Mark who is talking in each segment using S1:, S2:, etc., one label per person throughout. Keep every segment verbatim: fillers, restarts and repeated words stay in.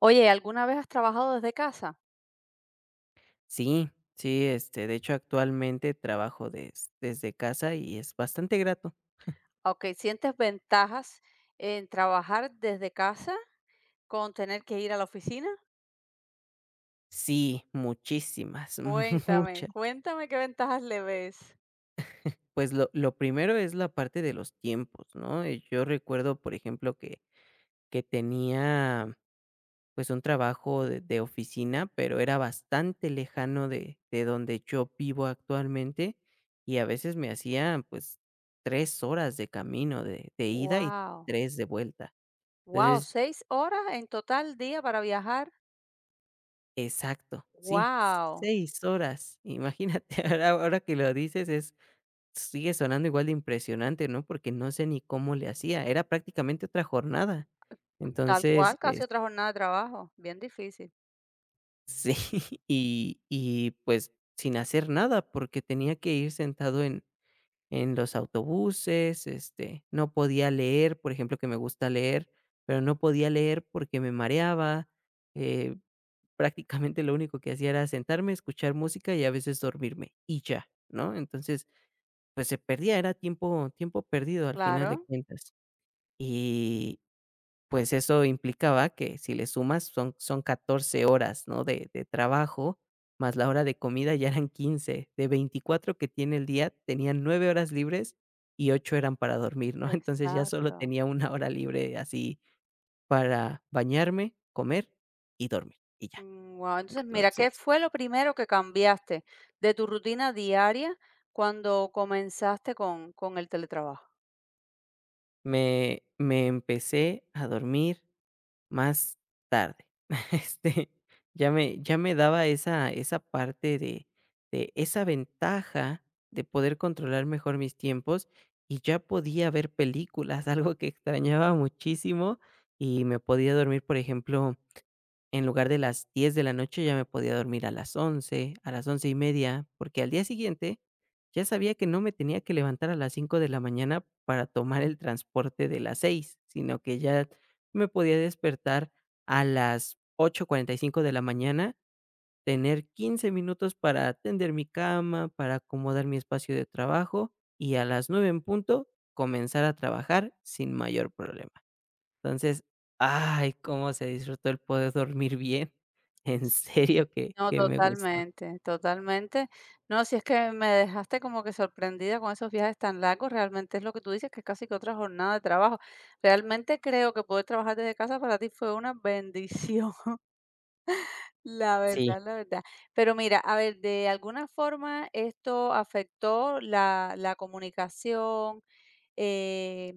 S1: Oye, ¿alguna vez has trabajado desde casa?
S2: Sí, sí, este, de hecho, actualmente trabajo des desde casa y es bastante grato.
S1: Ok, ¿sientes ventajas en trabajar desde casa con tener que ir a la oficina?
S2: Sí, muchísimas,
S1: Cuéntame,
S2: muchas.
S1: cuéntame qué ventajas le ves.
S2: Pues lo lo primero es la parte de los tiempos, ¿no? Eh, yo recuerdo, por ejemplo, que que tenía, pues, un trabajo de de oficina, pero era bastante lejano de de donde yo vivo actualmente, y a veces me hacía, pues, tres horas de camino de de ida y
S1: Wow,
S2: tres de vuelta.
S1: wow,
S2: Entonces...
S1: seis horas en total día para viajar.
S2: Exacto, sí,
S1: Wow,
S2: seis horas. Imagínate, ahora ahora que lo dices es sigue sonando igual de impresionante, ¿no? Porque no sé ni cómo le hacía, era prácticamente otra jornada. No.
S1: tal
S2: Entonces,
S1: cual,
S2: eh,
S1: casi otra jornada de trabajo, bien difícil.
S2: sí, y y, pues, sin hacer nada, porque tenía que ir sentado en en los autobuses, este, no podía leer, por ejemplo, que me gusta leer, pero no podía leer porque me mareaba, eh, prácticamente lo único que hacía era sentarme, escuchar música y a veces dormirme y ya, ¿no? Entonces, pues se perdía, era tiempo tiempo perdido al final de
S1: Claro,
S2: cuentas. Y pues eso implicaba que si le sumas son son catorce horas, ¿no?, de de trabajo, más la hora de comida ya eran quince. De veinticuatro que tiene el día, tenían nueve horas libres y ocho eran para dormir, ¿no? Entonces ya solo
S1: exacto.
S2: tenía una hora libre así para bañarme, comer y dormir, y ya.
S1: Mm, Wow, entonces mira, ¿qué
S2: Entonces,
S1: fue lo primero que cambiaste de tu rutina diaria cuando comenzaste con, con el teletrabajo?
S2: me me empecé a dormir más tarde. Este, ya me ya me daba esa esa parte de de esa ventaja de poder controlar mejor mis tiempos, y ya podía ver películas, algo que extrañaba muchísimo, y me podía dormir, por ejemplo, en lugar de las diez de la noche ya me podía dormir a las once, a las once y media, porque al día siguiente ya sabía que no me tenía que levantar a las cinco de la mañana para tomar el transporte de las seis, sino que ya me podía despertar a las ocho cuarenta y cinco de la mañana, tener quince minutos para tender mi cama, para acomodar mi espacio de trabajo y a las nueve en punto comenzar a trabajar sin mayor problema. Entonces, ay, cómo se disfrutó el poder dormir bien. En
S1: Sí.
S2: serio que
S1: No,
S2: que me gustó.
S1: totalmente, totalmente. No, si es que me dejaste como que sorprendida con esos viajes tan largos, realmente es lo que tú dices, que es casi que otra jornada de trabajo. Realmente creo que poder trabajar desde casa para ti fue una bendición, la
S2: Sí,
S1: verdad, la verdad. Pero mira, a ver, de alguna forma esto afectó la, la comunicación. eh,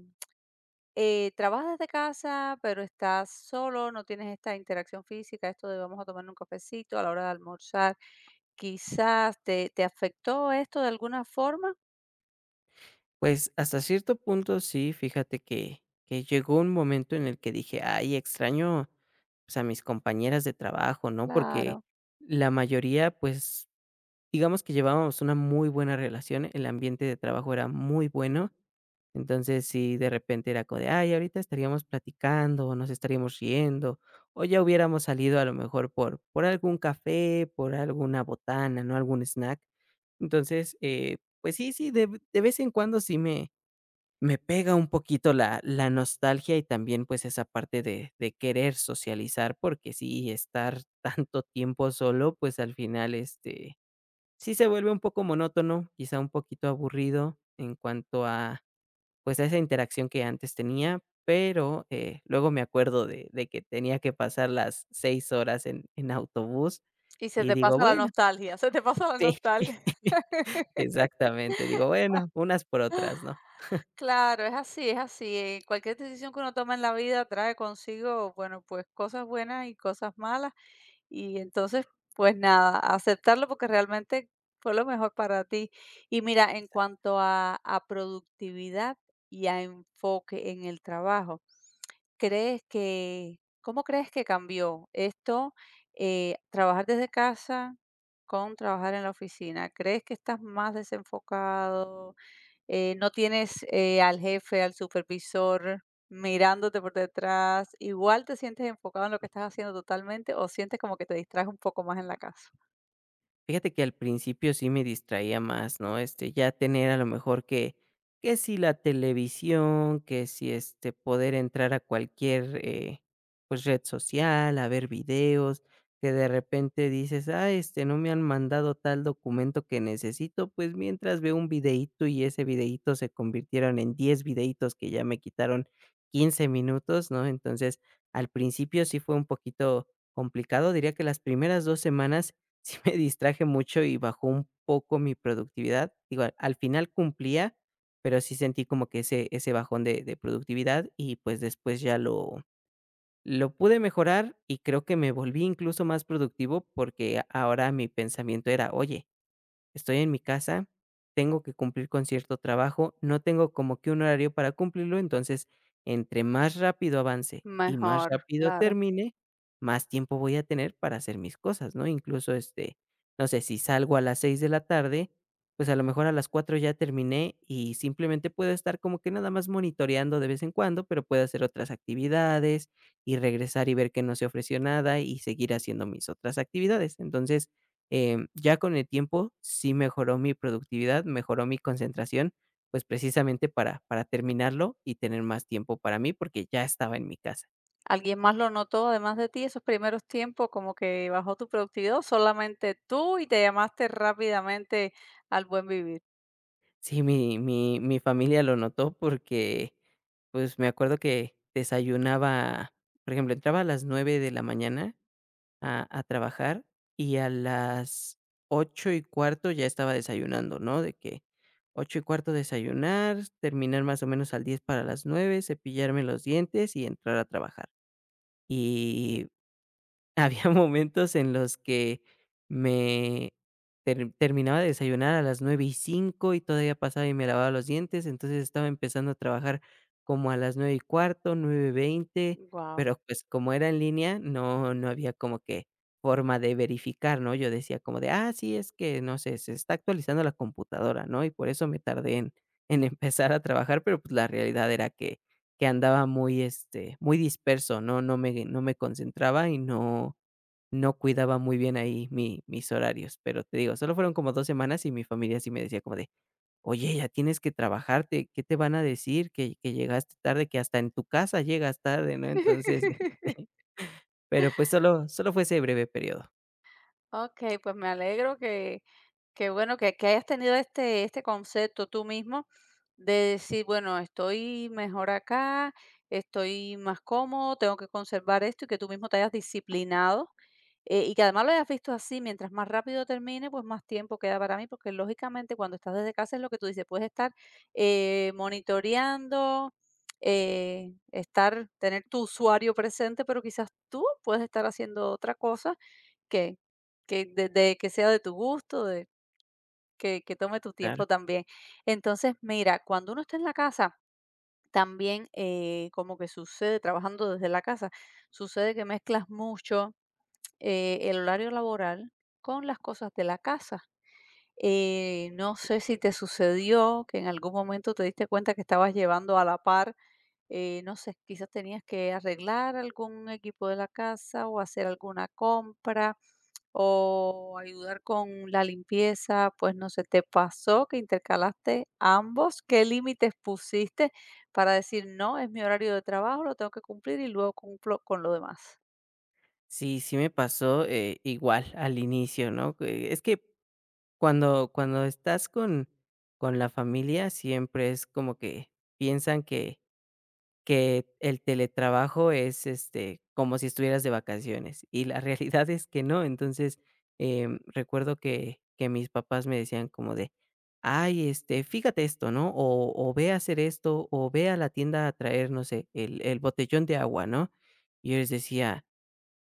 S1: eh, trabajas desde casa, pero estás solo, no tienes esta interacción física, esto de vamos a tomar un cafecito a la hora de almorzar. Quizás, ¿te te afectó esto de alguna forma?
S2: pues, hasta cierto punto sí, fíjate que que llegó un momento en el que dije: "Ay, extraño, pues, a mis compañeras de trabajo", ¿no? Porque
S1: Claro,
S2: la mayoría, pues, digamos que llevábamos una muy buena relación, el ambiente de trabajo era muy bueno. Entonces, si de repente era como de: "Ay, ahorita estaríamos platicando, o nos estaríamos riendo, o ya hubiéramos salido a lo mejor por por algún café, por alguna botana, ¿no?, algún snack". Entonces, eh, pues sí, sí, de de vez en cuando sí me me pega un poquito la la nostalgia y también, pues, esa parte de de querer socializar, porque sí, estar tanto tiempo solo, pues, al final, este, sí se vuelve un poco monótono, quizá un poquito aburrido en cuanto a pues, a esa interacción que antes tenía, pero, eh, luego me acuerdo de de que tenía que pasar las seis horas en en autobús
S1: y se
S2: y
S1: te
S2: digo:
S1: pasa la
S2: "Bueno",
S1: nostalgia, se te pasa la
S2: sí,
S1: nostalgia.
S2: exactamente, digo: "Bueno, unas por otras", ¿no?
S1: Claro, es así, es así, eh, cualquier decisión que uno toma en la vida trae consigo, bueno, pues, cosas buenas y cosas malas, y entonces, pues nada, aceptarlo porque realmente fue lo mejor para ti. Y mira, en cuanto a a productividad y a enfoque en el trabajo, ¿crees que, cómo crees que cambió esto, eh, trabajar desde casa con trabajar en la oficina? ¿Crees que estás más desenfocado? Eh, ¿no tienes eh, al jefe, al supervisor mirándote por detrás? ¿Igual te sientes enfocado en lo que estás haciendo totalmente o sientes como que te distraes un poco más en la casa?
S2: Fíjate que al principio sí me distraía más, ¿no? Este, ya tener a lo mejor que que si la televisión, que si, este, poder entrar a cualquier, eh, pues, red social, a ver videos, que de repente dices: "Ah, este, no me han mandado tal documento que necesito", pues, mientras veo un videíto y ese videíto se convirtieron en diez videítos que ya me quitaron quince minutos, ¿no? Entonces, al principio sí fue un poquito complicado, diría que las primeras dos semanas sí me distraje mucho y bajó un poco mi productividad. Digo, al al final cumplía, pero sí sentí como que ese ese bajón de de productividad y, pues, después ya lo lo pude mejorar y creo que me volví incluso más productivo porque ahora mi pensamiento era: "Oye, estoy en mi casa, tengo que cumplir con cierto trabajo, no tengo como que un horario para cumplirlo, entonces, entre más rápido avance y más
S1: Mejor,
S2: rápido
S1: claro.
S2: termine, más tiempo voy a tener para hacer mis cosas, ¿no? Incluso, este, no sé, si salgo a las seis de la tarde, pues a lo mejor a las cuatro ya terminé y simplemente puedo estar como que nada más monitoreando de vez en cuando, pero puedo hacer otras actividades y regresar y ver que no se ofreció nada y seguir haciendo mis otras actividades. Entonces, Em, ya con el tiempo sí mejoró mi productividad, mejoró mi concentración, pues, precisamente para para terminarlo y tener más tiempo para mí, porque ya estaba en mi casa.
S1: ¿Alguien más lo notó además de ti esos primeros tiempos, como que bajó tu productividad o solamente tú y te llamaste rápidamente al buen vivir?
S2: Sí, mi mi mi familia lo notó porque, pues, me acuerdo que desayunaba, por ejemplo, entraba a las nueve de la mañana a a trabajar y a las ocho y cuarto ya estaba desayunando, ¿no? De que ocho y cuarto desayunar, terminar más o menos al diez para las nueve, cepillarme los dientes y entrar a trabajar. Y había momentos en los que me ter terminaba de desayunar a las nueve y cinco y todavía pasaba y me lavaba los dientes, entonces estaba empezando a trabajar como a las nueve y cuarto, veinte.
S1: Guau.
S2: Pero, pues, como era en línea, no no había como que forma de verificar, ¿no? Yo decía como de: "Ah, sí, es que, no sé, se está actualizando la computadora", ¿no? Y por eso me tardé en en empezar a trabajar, pero, pues, la realidad era que que andaba muy, este, muy disperso, no no me no me concentraba y no no cuidaba muy bien ahí mi mis horarios, pero te digo, solo fueron como dos semanas y mi familia sí me decía como de: "Oye, ya tienes que trabajarte ¿qué te van a decir? Que que llegaste tarde, que hasta en tu casa llegas tarde", ¿no? Entonces, pero pues solo solo fue ese breve periodo.
S1: Okey, pues me alegro que. Qué bueno que, que hayas tenido este, este concepto tú mismo de decir, bueno, estoy mejor acá, estoy más cómodo, tengo que conservar esto y que tú mismo te hayas disciplinado, eh, y que además lo hayas visto así, mientras más rápido termine, pues más tiempo queda para mí, porque lógicamente cuando estás desde casa es lo que tú dices, puedes estar eh, monitoreando, eh, estar, tener tu usuario presente, pero quizás tú puedes estar haciendo otra cosa que, que, de- de- que sea de tu gusto, que, que tome tu
S2: Claro.
S1: tiempo también. Entonces, mira, cuando uno está en la casa, también eh, como que sucede, trabajando desde la casa, sucede que mezclas mucho eh, el horario laboral con las cosas de la casa. Eh, no sé si te sucedió que en algún momento te diste cuenta que estabas llevando a la par, eh, no sé, quizás tenías que arreglar algún equipo de la casa o hacer alguna compra o ayudar con la limpieza, pues no sé, te pasó que intercalaste ambos, ¿qué límites pusiste para decir, no, es mi horario de trabajo, lo tengo que cumplir y luego cumplo con lo demás?
S2: Sí, sí me pasó, eh, igual al inicio, ¿no? Que es que cuando cuando estás con con la familia siempre es como que piensan que que el teletrabajo es, este, como si estuvieras de vacaciones, y la realidad es que no. Entonces, em, recuerdo que que mis papás me decían como de: "Ay, este, fíjate esto, ¿no? O o ve a hacer esto, o ve a la tienda a traer, no sé, el el botellón de agua", ¿no? Y yo les decía: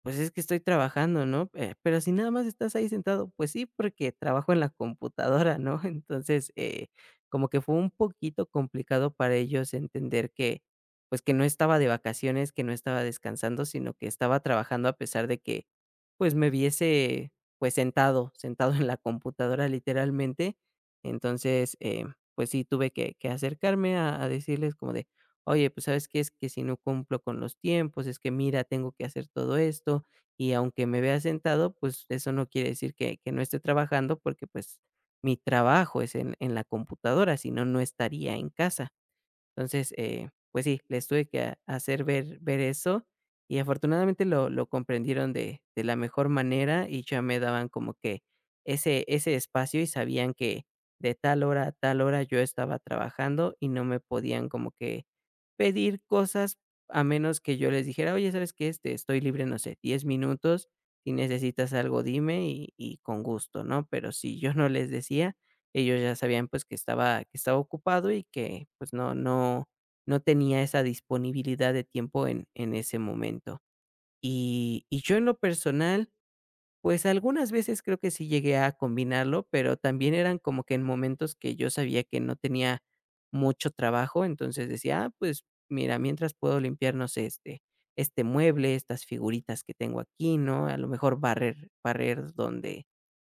S2: pues es que estoy trabajando, ¿no? Eh, pero si nada más estás ahí sentado, pues sí, porque trabajo en la computadora, ¿no? Entonces, eh, como que fue un poquito complicado para ellos entender que, pues que no estaba de vacaciones, que no estaba descansando, sino que estaba trabajando a pesar de que, pues me viese, pues sentado, sentado en la computadora literalmente. Entonces, eh, pues sí, tuve que, que acercarme a, a decirles como de, oye, pues sabes qué es que si no cumplo con los tiempos, es que mira, tengo que hacer todo esto y aunque me vea sentado, pues eso no quiere decir que, que no esté trabajando porque pues mi trabajo es en, en la computadora, si no, no estaría en casa. Entonces, eh, pues sí, les tuve que ha hacer ver ver eso, y afortunadamente lo lo comprendieron de de la mejor manera, y ya me daban como que ese ese espacio, y sabían que de tal hora a tal hora yo estaba trabajando, y no me podían como que pedir cosas, a menos que yo les dijera: "Oye, ¿sabes qué? Este, estoy libre, no sé, diez minutos, si necesitas algo, dime, y y con gusto", ¿no? Pero si yo no les decía, ellos ya sabían, pues, que estaba que estaba ocupado y que, pues, no no no tenía esa disponibilidad de tiempo en en ese momento. Y y yo en lo personal pues algunas veces creo que sí llegué a combinarlo, pero también eran como que en momentos que yo sabía que no tenía mucho trabajo, entonces decía, ah, pues mira, mientras puedo limpiar, no sé, este, este mueble, estas figuritas que tengo aquí, ¿no? A lo mejor barrer, barrer donde,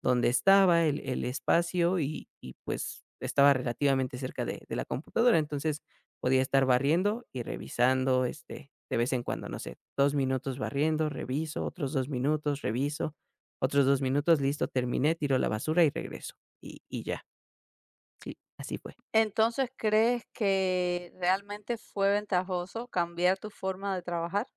S2: donde estaba el, el espacio y, y pues estaba relativamente cerca de, de la computadora, entonces podía estar barriendo y revisando, este, de vez en cuando, no sé, dos minutos barriendo, reviso, otros dos minutos, reviso otros dos minutos, listo, terminé, tiro la basura y regreso. Y y ya. Sí, así fue.
S1: Entonces, ¿crees que realmente fue ventajoso cambiar tu forma de trabajar?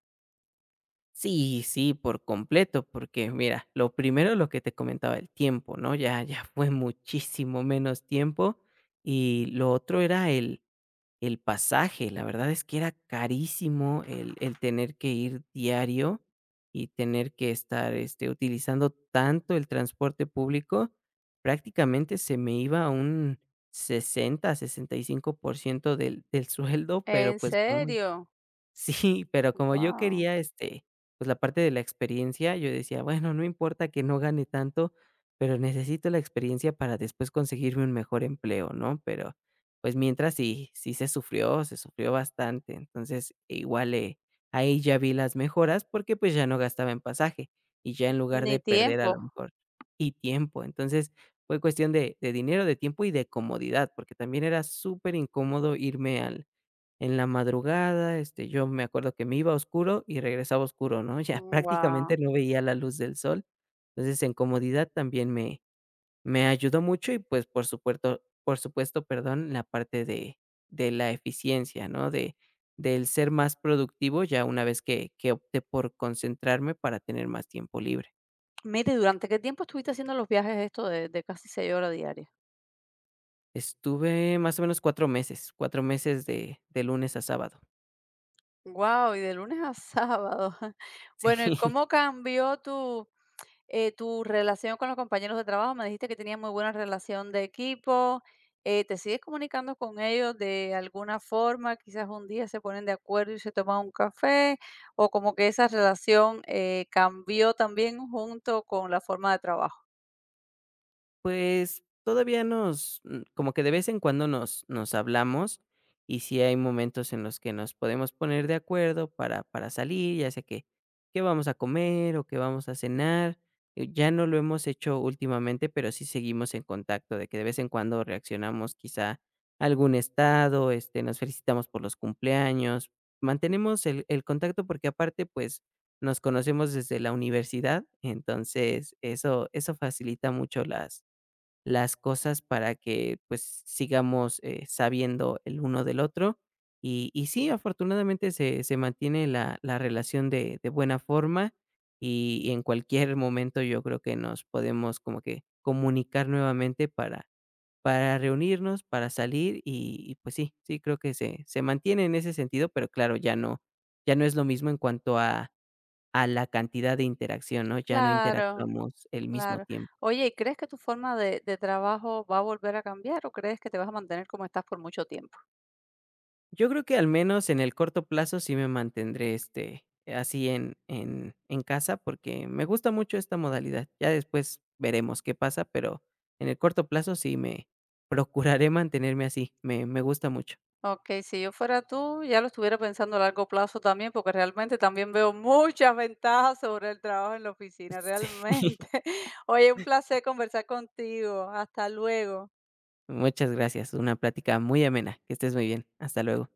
S2: Sí, sí, por completo, porque mira, lo primero, lo que te comentaba, el tiempo, ¿no? Ya ya fue muchísimo menos tiempo, y lo otro era el El pasaje, la verdad es que era carísimo el el tener que ir diario y tener que estar, este, utilizando tanto el transporte público, prácticamente se me iba un sesenta sesenta y cinco por ciento del del sueldo, pero,
S1: ¿En
S2: pues, como...
S1: serio?
S2: Sí, pero como yo
S1: Wow.
S2: quería, este, pues, la parte de la experiencia, yo decía: "Bueno, no importa que no gane tanto, pero necesito la experiencia para después conseguirme un mejor empleo", ¿no? Pero, pues, mientras sí sí se sufrió, se sufrió bastante. Entonces, igual, eh, ahí ya vi las mejoras porque, pues, ya no gastaba en pasaje y ya en lugar de
S1: Ni
S2: perder a lo
S1: tiempo.
S2: mejor y tiempo. Entonces, fue cuestión de de dinero, de tiempo y de comodidad, porque también era súper incómodo irme al en la madrugada, este, yo me acuerdo que me iba oscuro y regresaba oscuro, ¿no? Ya prácticamente
S1: Wow.
S2: no veía la luz del sol. Entonces, en comodidad también me me ayudó mucho y, pues, por supuesto, por supuesto, perdón, la parte de de la eficiencia, ¿no? De del ser más productivo ya una vez que que opté por concentrarme para tener más tiempo libre.
S1: Mire, ¿durante qué tiempo estuviste haciendo los viajes esto de, de casi seis horas diarias?
S2: Estuve más o menos cuatro meses, cuatro meses de de lunes a sábado.
S1: Wow, y de lunes a sábado. Bueno, ¿y
S2: Sí.
S1: cómo cambió tu, eh, tu relación con los compañeros de trabajo? Me dijiste que tenías muy buena relación de equipo. eh, ¿te sigues comunicando con ellos de alguna forma? Quizás un día se ponen de acuerdo y se toman un café, o como que esa relación eh, cambió también junto con la forma de trabajo.
S2: Pues, todavía nos mm, como que de vez en cuando nos nos hablamos, y sí hay momentos en los que nos podemos poner de acuerdo para para salir, ya sea que qué vamos a comer o qué vamos a cenar. Eh, ya no lo hemos hecho últimamente, pero sí seguimos en contacto, de que de vez en cuando reaccionamos quizá a algún estado, este, nos felicitamos por los cumpleaños, mantenemos el el contacto porque aparte, pues, nos conocemos desde la universidad, entonces eso eso facilita mucho las las cosas para que, pues, sigamos, eh, sabiendo el uno del otro. Y y sí, afortunadamente se se mantiene la la relación de de buena forma, y y en cualquier momento yo creo que nos podemos como que comunicar nuevamente para para reunirnos, para salir y y pues sí, sí creo que se se mantiene en ese sentido, pero claro, ya no ya no es lo mismo en cuanto a a la cantidad de interacción, ¿no? Ya no
S1: Claro,
S2: interactuamos el mismo
S1: claro.
S2: tiempo.
S1: Oye, ¿y crees que tu forma de, de trabajo va a volver a cambiar o crees que te vas a mantener como estás por mucho tiempo?
S2: Yo creo que al menos en el corto plazo sí me mantendré, este, así en en en casa, porque me gusta mucho esta modalidad. Ya después veremos qué pasa, pero en el corto plazo sí me procuraré mantenerme así, me me gusta mucho.
S1: Ok, si yo fuera tú, ya lo estuviera pensando a largo plazo también, porque realmente también veo muchas ventajas sobre el trabajo en la oficina, realmente.
S2: Sí.
S1: Oye, un placer conversar contigo. Hasta luego.
S2: Muchas gracias, una plática muy amena, que estés muy bien. Hasta luego.